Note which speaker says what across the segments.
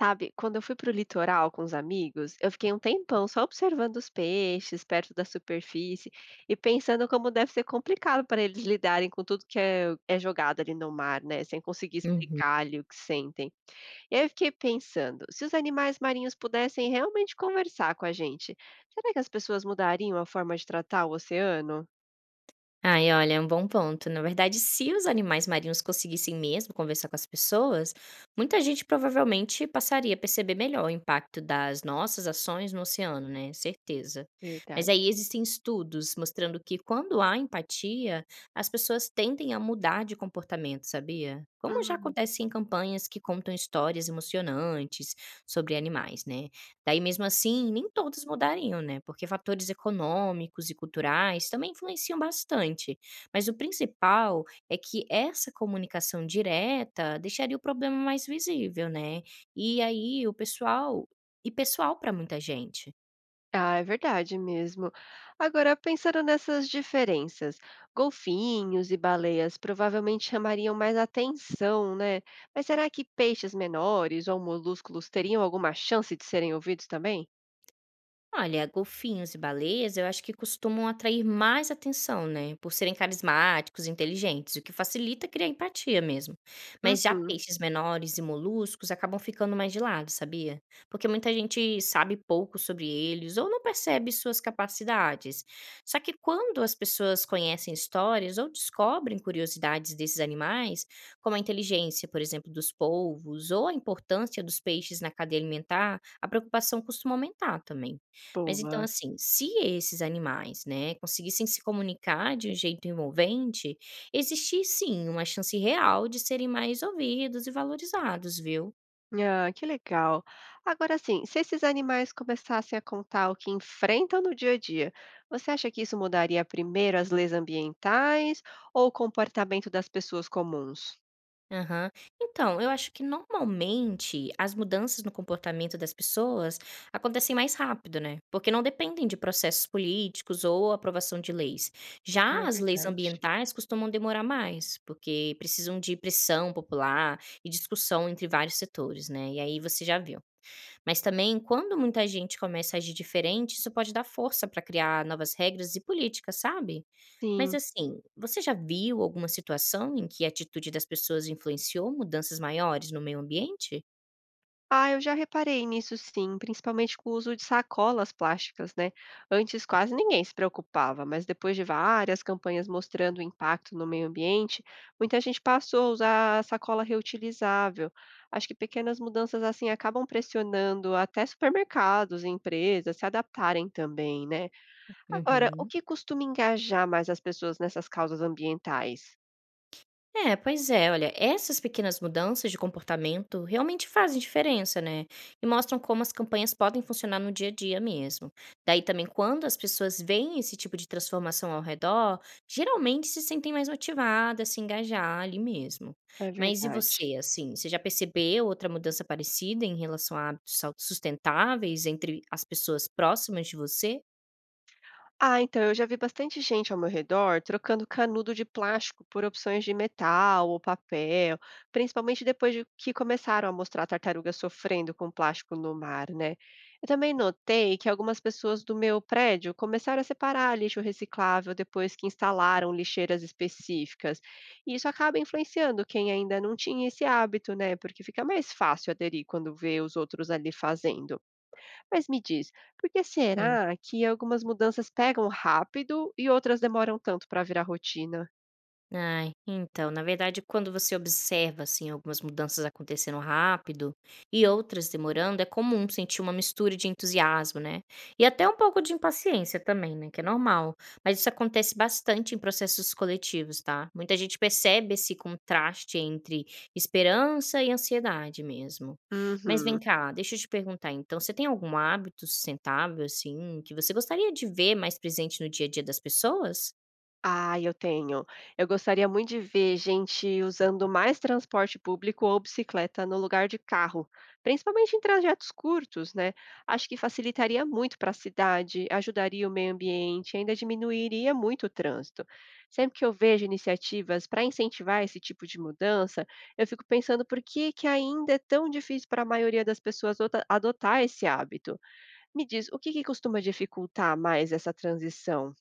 Speaker 1: Sabe, quando eu fui para o litoral com os amigos, eu fiquei um tempão só observando os peixes perto da superfície e pensando como deve ser complicado para eles lidarem com tudo que é jogado ali no mar, né? Sem conseguir
Speaker 2: Uhum.
Speaker 1: explicar ali o que sentem. E aí eu fiquei pensando, se os animais marinhos pudessem realmente conversar com a gente, será que as pessoas mudariam a forma de tratar o oceano?
Speaker 2: Ai, olha, é um bom ponto. Na verdade, se os animais marinhos conseguissem mesmo conversar com as pessoas, muita gente provavelmente passaria a perceber melhor o impacto das nossas ações no oceano, né? Certeza. Mas
Speaker 1: Verdade.
Speaker 2: aí existem estudos mostrando que quando há empatia, as pessoas tendem a mudar de comportamento, sabia? Como já acontece em campanhas que contam histórias emocionantes sobre animais, né? Daí, mesmo assim, nem todos mudariam, né, porque fatores econômicos e culturais também influenciam bastante. Mas o principal é que essa comunicação direta deixaria o problema mais visível, né? E aí o pessoal e pessoal para muita gente.
Speaker 1: Ah, é verdade mesmo. Agora, pensando nessas diferenças, golfinhos e baleias provavelmente chamariam mais atenção, né? Mas será que peixes menores ou molúsculos teriam alguma chance de serem ouvidos também?
Speaker 2: Olha, golfinhos e baleias eu acho que costumam atrair mais atenção, né? Por serem carismáticos, inteligentes, o que facilita criar empatia mesmo. Mas já
Speaker 1: Uhum,
Speaker 2: peixes menores e moluscos acabam ficando mais de lado, sabia? Porque muita gente sabe pouco sobre eles ou não percebe suas capacidades. Só que quando as pessoas conhecem histórias ou descobrem curiosidades desses animais, como a inteligência, por exemplo, dos polvos ou a importância dos peixes na cadeia alimentar, a preocupação costuma aumentar também. Mas então,
Speaker 1: boa.
Speaker 2: assim, se esses animais, né, conseguissem se comunicar de um jeito envolvente, existir sim uma chance real de serem mais ouvidos e valorizados, viu?
Speaker 1: Ah, que legal. Agora sim, se esses animais começassem a contar o que enfrentam no dia a dia, você acha que isso mudaria primeiro as leis ambientais ou o comportamento das pessoas comuns?
Speaker 2: Aham. Então, eu acho que normalmente as mudanças no comportamento das pessoas acontecem mais rápido, né? Porque não dependem de processos políticos ou aprovação de leis.
Speaker 1: É
Speaker 2: Já as leis
Speaker 1: verdade.
Speaker 2: ambientais costumam demorar mais, porque precisam de pressão popular e discussão entre vários setores, né? E aí você já viu. Mas também, quando muita gente começa a agir diferente, isso pode dar força para criar novas regras e políticas, sabe? Mas
Speaker 1: Sim.
Speaker 2: assim, você já viu alguma situação em que a atitude das pessoas influenciou mudanças maiores no meio ambiente?
Speaker 1: Ah, eu já reparei nisso sim, principalmente com o uso de sacolas plásticas, né? Antes quase ninguém se preocupava, mas depois de várias campanhas mostrando o impacto no meio ambiente, muita gente passou a usar a sacola reutilizável. Acho que pequenas mudanças assim acabam pressionando até supermercados e empresas se adaptarem também, né? Agora, o
Speaker 2: Uhum.
Speaker 1: que costuma engajar mais as pessoas nessas causas ambientais?
Speaker 2: É, pois é, olha, essas pequenas mudanças de comportamento realmente fazem diferença, né? E mostram como as campanhas podem funcionar no dia a dia mesmo. Daí também, quando as pessoas veem esse tipo de transformação ao redor, geralmente se sentem mais motivadas, a se engajar ali mesmo.
Speaker 1: É
Speaker 2: Mas e
Speaker 1: verdade.
Speaker 2: você, assim, você já percebeu outra mudança parecida em relação a hábitos sustentáveis entre as pessoas próximas de você?
Speaker 1: Ah, então, eu já vi bastante gente ao meu redor trocando canudo de plástico por opções de metal ou papel, principalmente depois de que começaram a mostrar tartarugas sofrendo com plástico no mar, né? Eu também notei que algumas pessoas do meu prédio começaram a separar lixo reciclável depois que instalaram lixeiras específicas. E isso acaba influenciando quem ainda não tinha esse hábito, né? Porque fica mais fácil aderir quando vê os outros ali fazendo. Mas me diz, por que será que algumas mudanças pegam rápido e outras demoram tanto para virar rotina?
Speaker 2: Ai, então, na verdade, quando você observa, assim, algumas mudanças acontecendo rápido e outras demorando, é comum sentir uma mistura de entusiasmo, né? E até um pouco de impaciência também, né? Que é normal. Mas isso acontece bastante em processos coletivos, tá? Muita gente percebe esse contraste entre esperança e ansiedade mesmo. Mas vem
Speaker 1: Uhum.
Speaker 2: cá, deixa eu te perguntar, então, você tem algum hábito sustentável, assim, que você gostaria de ver mais presente no dia a dia das pessoas?
Speaker 1: Ah, eu tenho. Eu gostaria muito de ver gente usando mais transporte público ou bicicleta no lugar de carro, principalmente em trajetos curtos, né? Acho que facilitaria muito para a cidade, ajudaria o meio ambiente, ainda diminuiria muito o trânsito. Sempre que eu vejo iniciativas para incentivar esse tipo de mudança, eu fico pensando por que que ainda é tão difícil para a maioria das pessoas adotar esse hábito. Me diz, o que que costuma dificultar mais essa transição?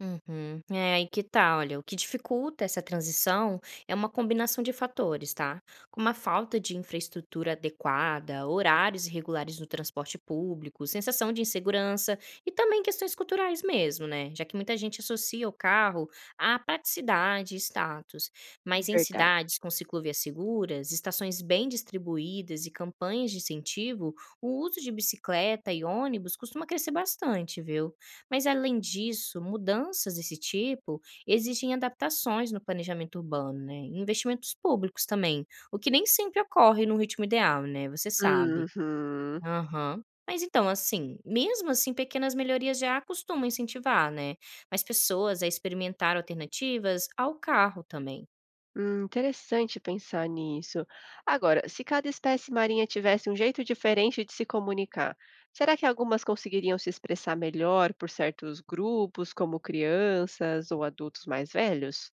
Speaker 2: Uhum. É aí que tá, olha, o que dificulta essa transição é uma combinação de fatores, tá? Como a falta de infraestrutura adequada, horários irregulares no transporte público, sensação de insegurança e também questões culturais mesmo, né? Já que muita gente associa o carro à praticidade e status. Mas em
Speaker 1: Verdade.
Speaker 2: cidades com ciclovias seguras, estações bem distribuídas e campanhas de incentivo, o uso de bicicleta e ônibus costuma crescer bastante, viu? Mas além disso, mudanças desse tipo exigem adaptações no planejamento urbano, né? E investimentos públicos também, o que nem sempre ocorre no ritmo ideal, né? Você sabe.
Speaker 1: Uhum.
Speaker 2: Aham. Mas então, assim, mesmo assim, pequenas melhorias já costumam incentivar, né? Mais pessoas a experimentar alternativas ao carro também.
Speaker 1: Interessante pensar nisso. Agora, se cada espécie marinha tivesse um jeito diferente de se comunicar, será que algumas conseguiriam se expressar melhor por certos grupos, como crianças ou adultos mais velhos?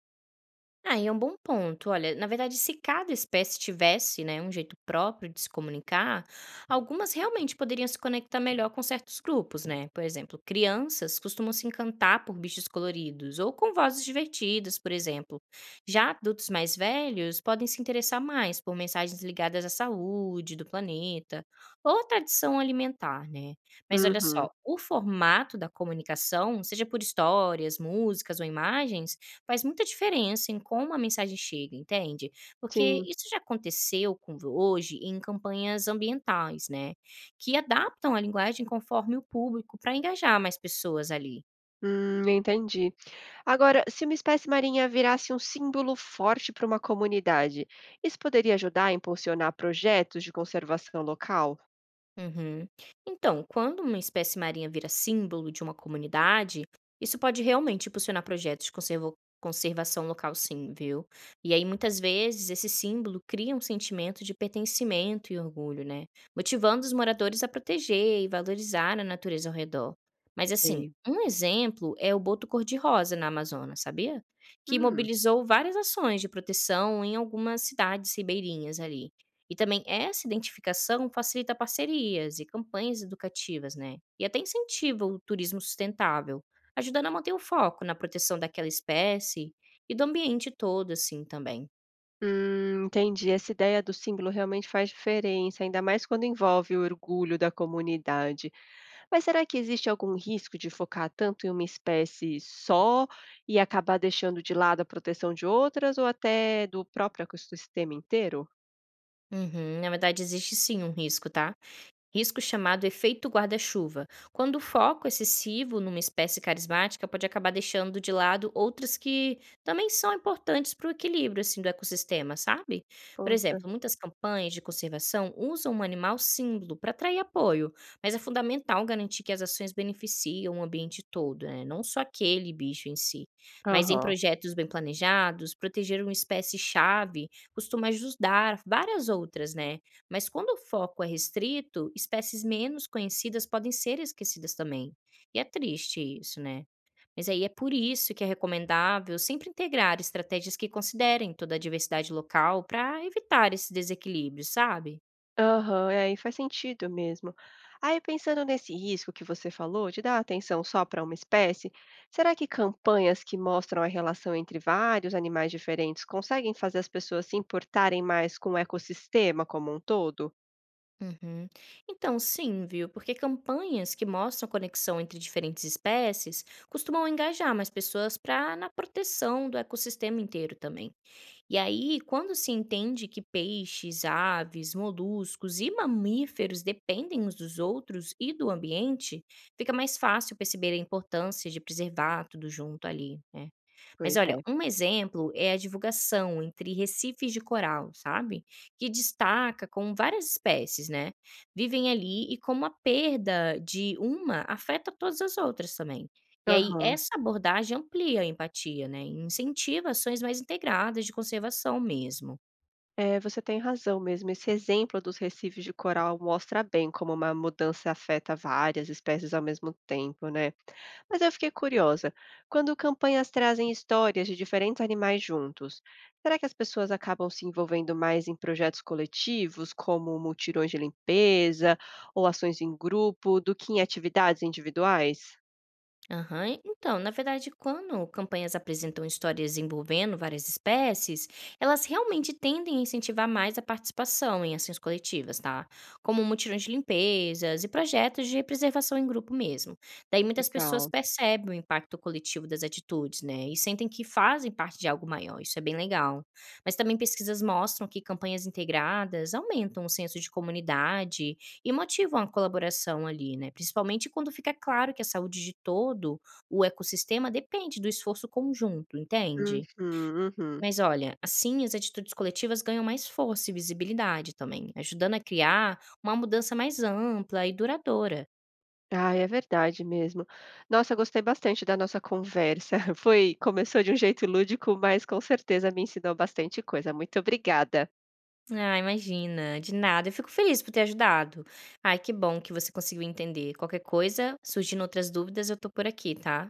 Speaker 2: Ah, e é um bom ponto. Olha, na verdade, se cada espécie tivesse, né, um jeito próprio de se comunicar, algumas realmente poderiam se conectar melhor com certos grupos, né? Por exemplo, crianças costumam se encantar por bichos coloridos ou com vozes divertidas, por exemplo. Já adultos mais velhos podem se interessar mais por mensagens ligadas à saúde do planeta ou à tradição alimentar, né? Mas olha
Speaker 1: Uhum.
Speaker 2: só, o formato da comunicação, seja por histórias, músicas ou imagens, faz muita diferença em como a mensagem chega, entende? Porque
Speaker 1: Sim.
Speaker 2: isso já aconteceu com hoje em campanhas ambientais, né, que adaptam a linguagem conforme o público para engajar mais pessoas ali.
Speaker 1: Entendi. Agora, se uma espécie marinha virasse um símbolo forte para uma comunidade, isso poderia ajudar a impulsionar projetos de conservação local?
Speaker 2: Uhum. Então, quando uma espécie marinha vira símbolo de uma comunidade, isso pode realmente impulsionar projetos de conservação local, sim, viu? E aí, muitas vezes, esse símbolo cria um sentimento de pertencimento e orgulho, né? Motivando os moradores a proteger e valorizar a natureza ao redor. Mas, assim,
Speaker 1: Sei.
Speaker 2: um exemplo é o boto cor-de-rosa na Amazônia, sabia? Que
Speaker 1: Hum.
Speaker 2: mobilizou várias ações de proteção em algumas cidades ribeirinhas ali. E também essa identificação facilita parcerias e campanhas educativas, né? E até incentiva o turismo sustentável, ajudando a manter o foco na proteção daquela espécie e do ambiente todo, assim, também.
Speaker 1: Entendi. Essa ideia do símbolo realmente faz diferença, ainda mais quando envolve o orgulho da comunidade. Mas será que existe algum risco de focar tanto em uma espécie só e acabar deixando de lado a proteção de outras ou até do próprio ecossistema inteiro?
Speaker 2: Uhum, na verdade, existe sim um risco, tá? Risco chamado efeito guarda-chuva, quando o foco excessivo numa espécie carismática pode acabar deixando de lado outras que também são importantes para o equilíbrio assim, do ecossistema, sabe? Por
Speaker 1: Poxa.
Speaker 2: exemplo, muitas campanhas de conservação usam um animal símbolo para atrair apoio, mas é fundamental garantir que as ações beneficiam o ambiente todo, né? Não só aquele bicho em si. Mas em
Speaker 1: Aham.
Speaker 2: projetos bem planejados, proteger uma espécie-chave costuma ajudar várias outras, né? Mas quando o foco é restrito, espécies menos conhecidas podem ser esquecidas também. E é triste isso, né? Mas aí é por isso que é recomendável sempre integrar estratégias que considerem toda a diversidade local para evitar esse desequilíbrio, sabe?
Speaker 1: Aham, é, e faz sentido mesmo. Aí pensando nesse risco que você falou de dar atenção só para uma espécie, será que campanhas que mostram a relação entre vários animais diferentes conseguem fazer as pessoas se importarem mais com o ecossistema como um todo?
Speaker 2: Uhum. Então, sim, viu? Porque campanhas que mostram conexão entre diferentes espécies costumam engajar mais pessoas para na proteção do ecossistema inteiro também. E aí, quando se entende que peixes, aves, moluscos e mamíferos dependem uns dos outros e do ambiente, fica mais fácil perceber a importância de preservar tudo junto ali, né? Mas
Speaker 1: Pois é.
Speaker 2: olha, um exemplo é a divulgação entre recifes de coral, sabe? Que destaca como várias espécies, né? Vivem ali e como a perda de uma afeta todas as outras também. E aí,
Speaker 1: Aham.
Speaker 2: essa abordagem amplia a empatia, né? E incentiva ações mais integradas de conservação mesmo.
Speaker 1: É, você tem razão mesmo. Esse exemplo dos recifes de coral mostra bem como uma mudança afeta várias espécies ao mesmo tempo, né? Mas eu fiquei curiosa. Quando campanhas trazem histórias de diferentes animais juntos, será que as pessoas acabam se envolvendo mais em projetos coletivos, como mutirões de limpeza ou ações em grupo, do que em atividades individuais?
Speaker 2: Aham. Então, na verdade, quando campanhas apresentam histórias envolvendo várias espécies, elas realmente tendem a incentivar mais a participação em ações coletivas, tá? Como mutirões de limpezas e projetos de preservação em grupo mesmo. Daí muitas pessoas
Speaker 1: Legal.
Speaker 2: percebem o impacto coletivo das atitudes, né? E sentem que fazem parte de algo maior. Isso é bem legal. Mas também pesquisas mostram que campanhas integradas aumentam o senso de comunidade e motivam a colaboração ali, né, principalmente quando fica claro que a saúde de todo o ecossistema depende do esforço conjunto, entende?
Speaker 1: Uhum, uhum.
Speaker 2: Mas olha, assim as atitudes coletivas ganham mais força e visibilidade também, ajudando a criar uma mudança mais ampla e duradoura.
Speaker 1: Ah, é verdade mesmo. Nossa, gostei bastante da nossa conversa. Foi, começou de um jeito lúdico, mas com certeza me ensinou bastante coisa. Muito obrigada.
Speaker 2: Ah, imagina, de nada. Eu fico feliz por ter ajudado. Ai, que bom que você conseguiu entender. Qualquer coisa, surgindo outras dúvidas, eu tô por aqui, tá?